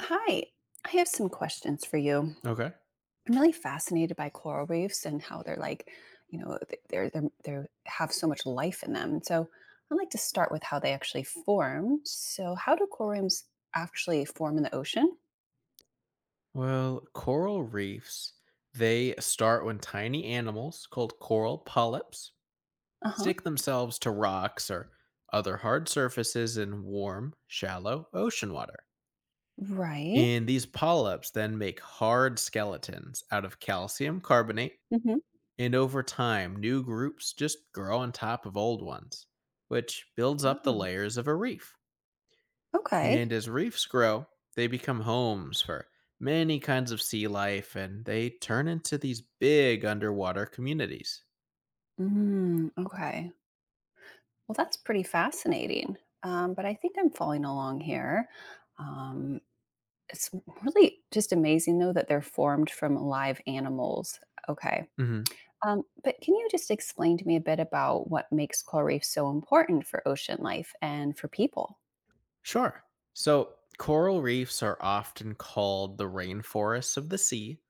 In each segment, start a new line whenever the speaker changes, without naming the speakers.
Hi, I have some questions for you.
Okay.
I'm really fascinated by coral reefs and how they're like, you know, th- they're they're they have so much life in them. So I'd like to start with how they actually form. So how do coral reefs actually form in the ocean?
Well, coral reefs, they start when tiny animals called coral polyps
Uh huh.
stick themselves to rocks or other hard surfaces in warm, shallow ocean water.
Right.
And these polyps then make hard skeletons out of calcium carbonate.
Mm-hmm.
And over time, new groups just grow on top of old ones, which builds up the
Oh,
layers of a reef.
okay.
And as reefs grow, they become homes for many kinds of sea life and they turn into these big underwater communities.
Mm, okay. Well, that's pretty fascinating. But I think I'm following along here. Um, It's really just amazing, though, that they're formed from live animals. Okay.
hmm
But can you just explain to me a bit about what makes coral reefs so important for ocean life and for people?
Sure. So, coral reefs are often called the rainforests of the sea,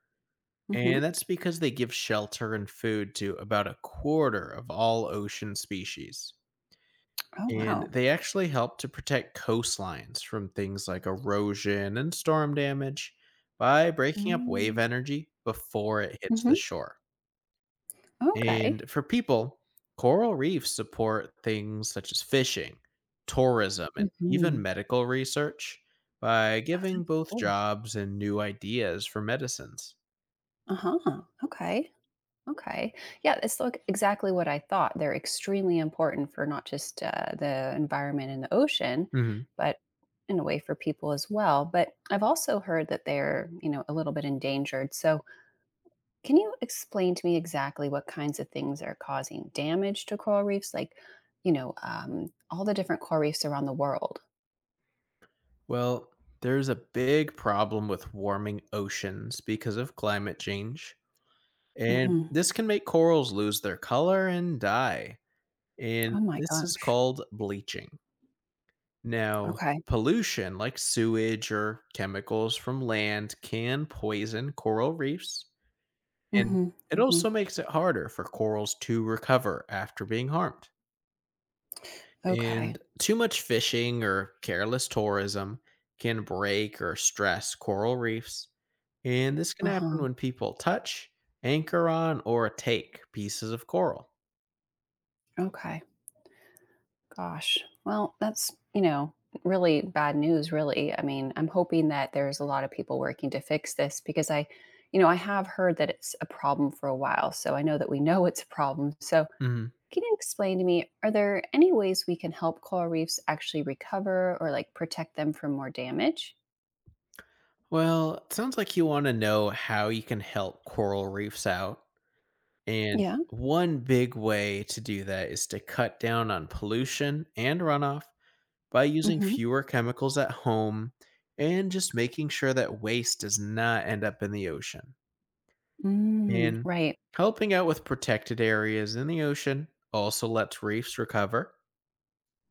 Hmm.
and that's because they give shelter and food to about a quarter of all ocean species.
Oh,
And
wow.
they actually help to protect coastlines from things like erosion and storm damage by breaking up
Mm-hmm.
wave energy before it hits the shore.
Okay.
And for people, coral reefs support things such as fishing, tourism, and even
Hmm.
medical research by
Oh,
giving
that's
both
cool.
jobs and new ideas for medicines.
Uh huh. Okay. Okay. Yeah, it's like exactly what I thought. They're extremely important for not just the environment and the ocean,
Mhm.
but in a way for people as well. But I've also heard that they're, a little bit endangered. So, can you explain to me exactly what kinds of things are causing damage to coral reefs? Like, all the different coral reefs around the world.
Well, there's a big problem with warming oceans because of climate change. And
Hmm.
this can make corals lose their color and die. And
Oh my
this is
gosh.
called bleaching. Now,
Okay.
pollution like sewage or chemicals from land can poison coral reefs. And
Hmm,
it
hmm.
also makes it harder for corals to recover after being harmed.
Okay.
And too much fishing or careless tourism can break or stress coral reefs. And this can
Uh
happen
huh.
when people touch, anchor on, or take pieces of coral.
Okay. Gosh. Well, that's, really bad news, really. I mean, I'm hoping that there's a lot of people working to fix this because I have heard that it's a problem for a while. So I know that we know it's a problem. So
Mhm.
can you explain to me, are there any ways we can help coral reefs actually recover or like protect them from more damage?
Well, it sounds like you want to know how you can help coral reefs out. And
Yeah.
one big way to do that is to cut down on pollution and runoff by using
Mm-hmm.
fewer chemicals at home and just making sure that waste does not end up in the ocean.
Mm,
And
right.
helping out with protected areas in the ocean also lets reefs recover.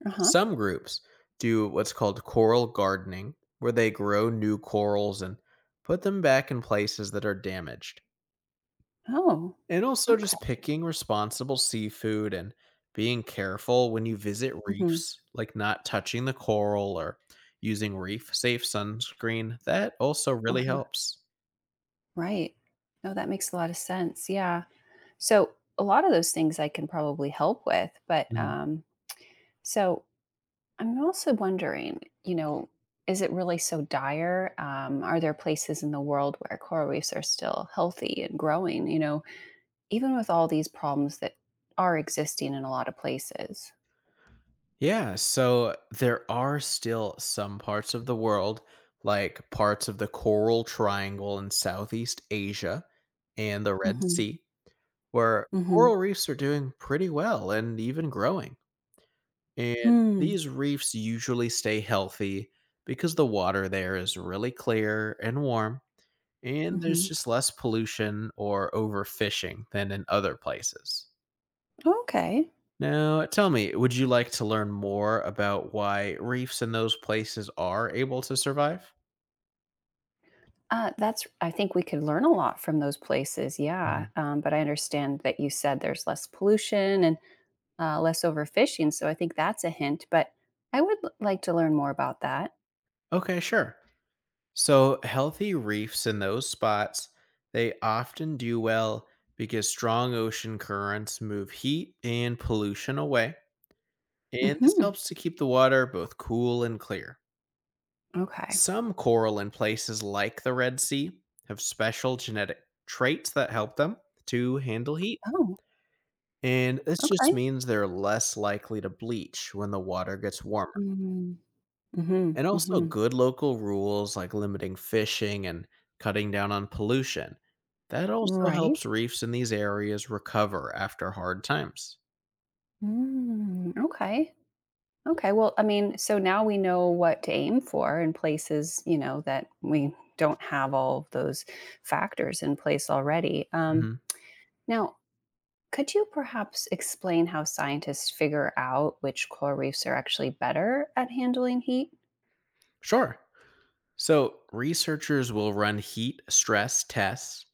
Uh-huh.
Some groups do what's called coral gardening, where they grow new corals and put them back in places that are damaged.
Oh,
And also
okay.
just picking responsible seafood and being careful when you visit
Mm-hmm.
reefs, like not touching the coral or using reef safe sunscreen. That also really
Uh-huh.
helps.
Right. No, that makes a lot of sense. Yeah. So a lot of those things I can probably help with, but so I'm also wondering, is it really so dire? Are there places in the world where coral reefs are still healthy and growing? Even with all these problems that are existing in a lot of places.
Yeah, so there are still some parts of the world, like parts of the Coral Triangle in Southeast Asia and the Red
Mm-hmm.
Sea, where
Mm-hmm.
coral reefs are doing pretty well and even growing. And
Hmm, hmm,
these reefs usually stay healthy because the water there is really clear and warm,
hmm,
and there's
hmm.
just less pollution or overfishing than in other places.
Okay.
Now, tell me, would you like to learn more about why reefs in those places are able to survive?
That's. I think we could learn a lot from those places. Yeah,
Mhm.
but I understand that you said there's less pollution, and less overfishing. So I think that's a hint, but I would like to learn more about that.
Okay, sure. So, healthy reefs in those spots, they often do well because strong ocean currents move heat and pollution away, and this
Hmm.
helps to keep the water both cool and clear.
Okay.
Some coral in places like the Red Sea have special genetic traits that help them to handle heat.
Oh,
And this
okay.
just means they're less likely to bleach when the water gets warmer.
Mm-hmm.
And also,
Mm-hmm.
good local rules like limiting fishing and cutting down on pollution. That also
Right.
helps reefs in these areas recover after hard times.
Mm, okay. Okay. Well, I mean, so now we know what to aim for in places, that we don't have all of those factors in place already.
hmm
Now, could you perhaps explain how scientists figure out which coral reefs are actually better at handling heat?
Sure. So, researchers will run heat stress tests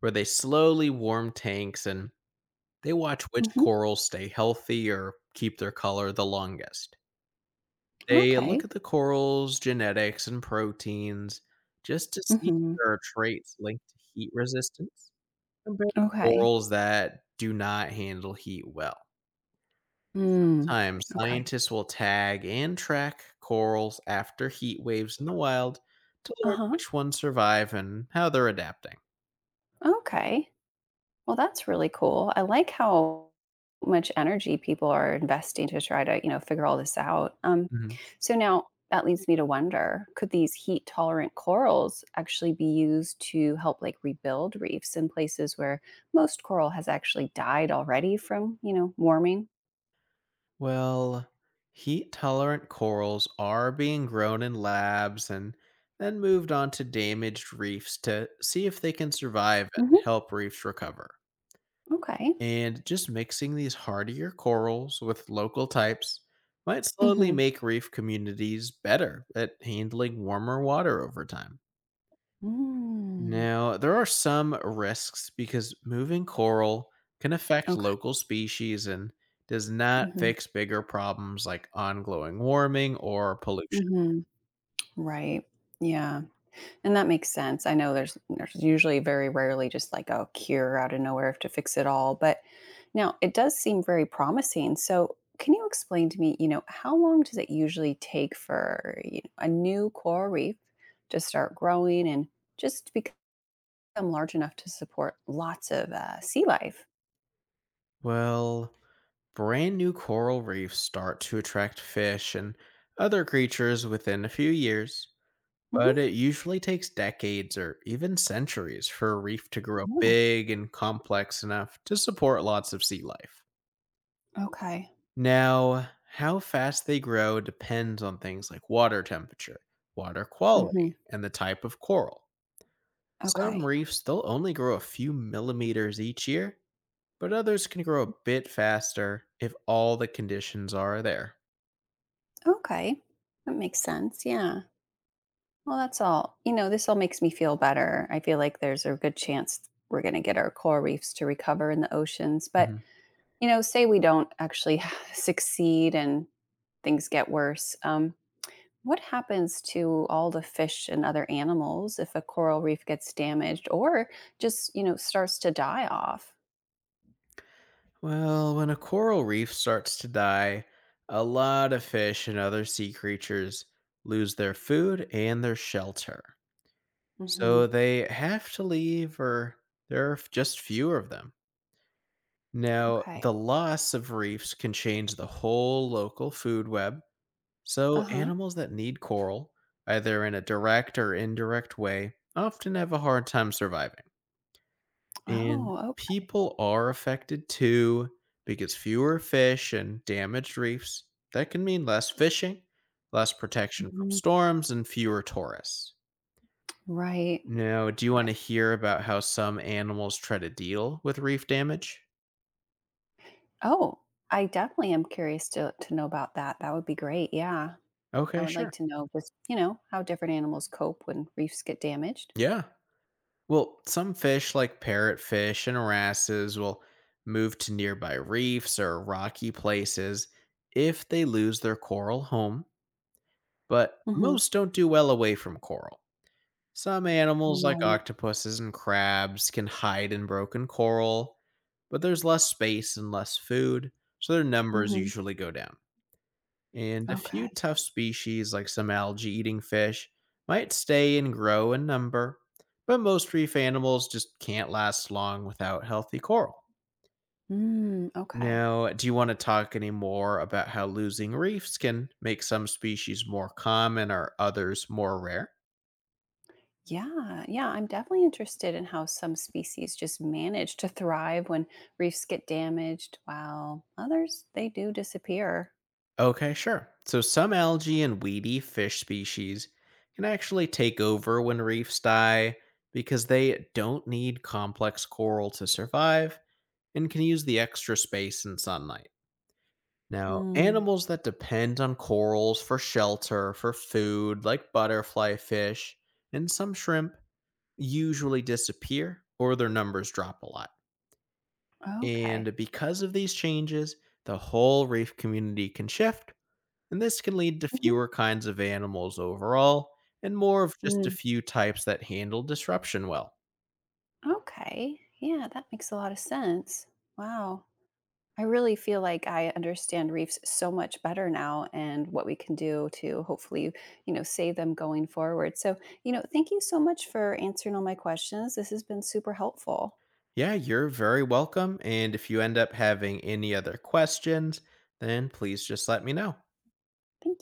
where they slowly warm tanks and they watch which
Hmm.
corals stay healthy or keep their color the longest. They look
Okay.
at the coral's genetics and proteins just to see if
Mhm.
there are traits linked to heat resistance compared to
Okay.
corals that do not handle heat well.
Mm.
Time
Okay.
scientists will tag and track corals after heat waves in the wild to learn
Uh-huh.
which ones survive and how they're adapting.
Okay. Well, that's really cool. I like how much energy people are investing to try to, figure all this out.
Mhm.
So now that leads me to wonder, could these heat tolerant corals actually be used to help like rebuild reefs in places where most coral has actually died already from, warming?
Well, heat tolerant corals are being grown in labs and then moved on to damaged reefs to see if they can survive and
Hmm.
help reefs recover.
Okay.
And just mixing these hardier corals with local types might slowly
Mm-hmm.
make reef communities better at handling warmer water over time.
Mm.
Now, there are some risks because moving coral can affect
Okay.
local species and does not
Mm-hmm.
fix bigger problems like ongoing warming or pollution.
Mm-hmm. Right. Yeah. And that makes sense. I know there's usually very rarely just like a cure out of nowhere to fix it all, but now it does seem very promising. So, can you explain to me, how long does it usually take for a new coral reef to start growing and just become large enough to support lots of sea life?
Well, brand new coral reefs start to attract fish and other creatures within a few years, but
Hmm.
it usually takes decades or even centuries for a reef to grow big and complex enough to support lots of sea life.
Okay.
Now, how fast they grow depends on things like water temperature, water
Hmm.
quality, and the type of coral. Some
Okay.
reefs, they'll only grow a few millimeters each year, but others can grow a bit faster if all the conditions are there.
Okay. That makes sense. Yeah. Well, that's all. This all makes me feel better. I feel like there's a good chance we're going to get our coral reefs to recover in the oceans. But,
Mhm.
say we don't actually succeed and things get worse. What happens to all the fish and other animals if a coral reef gets damaged or just, starts to die off?
Well, when a coral reef starts to die, a lot of fish and other sea creatures lose their food and their shelter. So
Hmm.
they have to leave, or there are just fewer of them. Now,
Okay.
the loss of reefs can change the whole local food web,
Uh
so
huh.
animals that need coral, either in a direct or indirect way, often have a hard time surviving. And
Oh, oh,
people are affected too, because fewer fish and damaged reefs, that can mean less fishing, less protection from
mhm.
storms, and fewer tourists.
Right.
Now, do you want
Right.
to hear about how some animals try to deal with reef damage?
Oh, I definitely am curious to know about that. That would be great. Yeah. I
Okay,
would like
sure.
to know just, how different animals cope when reefs get damaged.
Yeah. Well, some fish like parrotfish and wrasses will move to nearby reefs or rocky places if they lose their coral home, but
Mhm.
most don't do well away from coral. Some animals like
Right.
octopuses and crabs can hide in broken coral, but there's less space and less food, so their numbers
Mhm.
usually go down and a few
Okay.
tough species like some algae-eating fish might stay and grow in number, but most reef animals just can't last long without healthy coral.
Mm, okay.
Now, do you want to talk any more about how losing reefs can make some species more common or others more rare?
Yeah. Yeah. I'm definitely interested in how some species just manage to thrive when reefs get damaged, while others, they do disappear.
Okay, sure. So, some algae and weedy fish species can actually take over when reefs die because they don't need complex coral to survive and can use the extra space and sunlight. Now,
Mm,
animals that depend on corals for shelter, for food, like butterfly fish and some shrimp, usually disappear or their numbers drop a lot.
okay.
And because of these changes, the whole reef community can shift, and this can lead to
Mhm.
fewer kinds of animals overall and more of just a
Mm,
few types that handle disruption well.
okay. Yeah. That makes a lot of sense. Wow. I really feel like I understand reefs so much better now and what we can do to hopefully, save them going forward. So, thank you so much for answering all my questions. This has been super helpful.
Yeah, you're very welcome. And if you end up having any other questions, then please just let me know.
Thank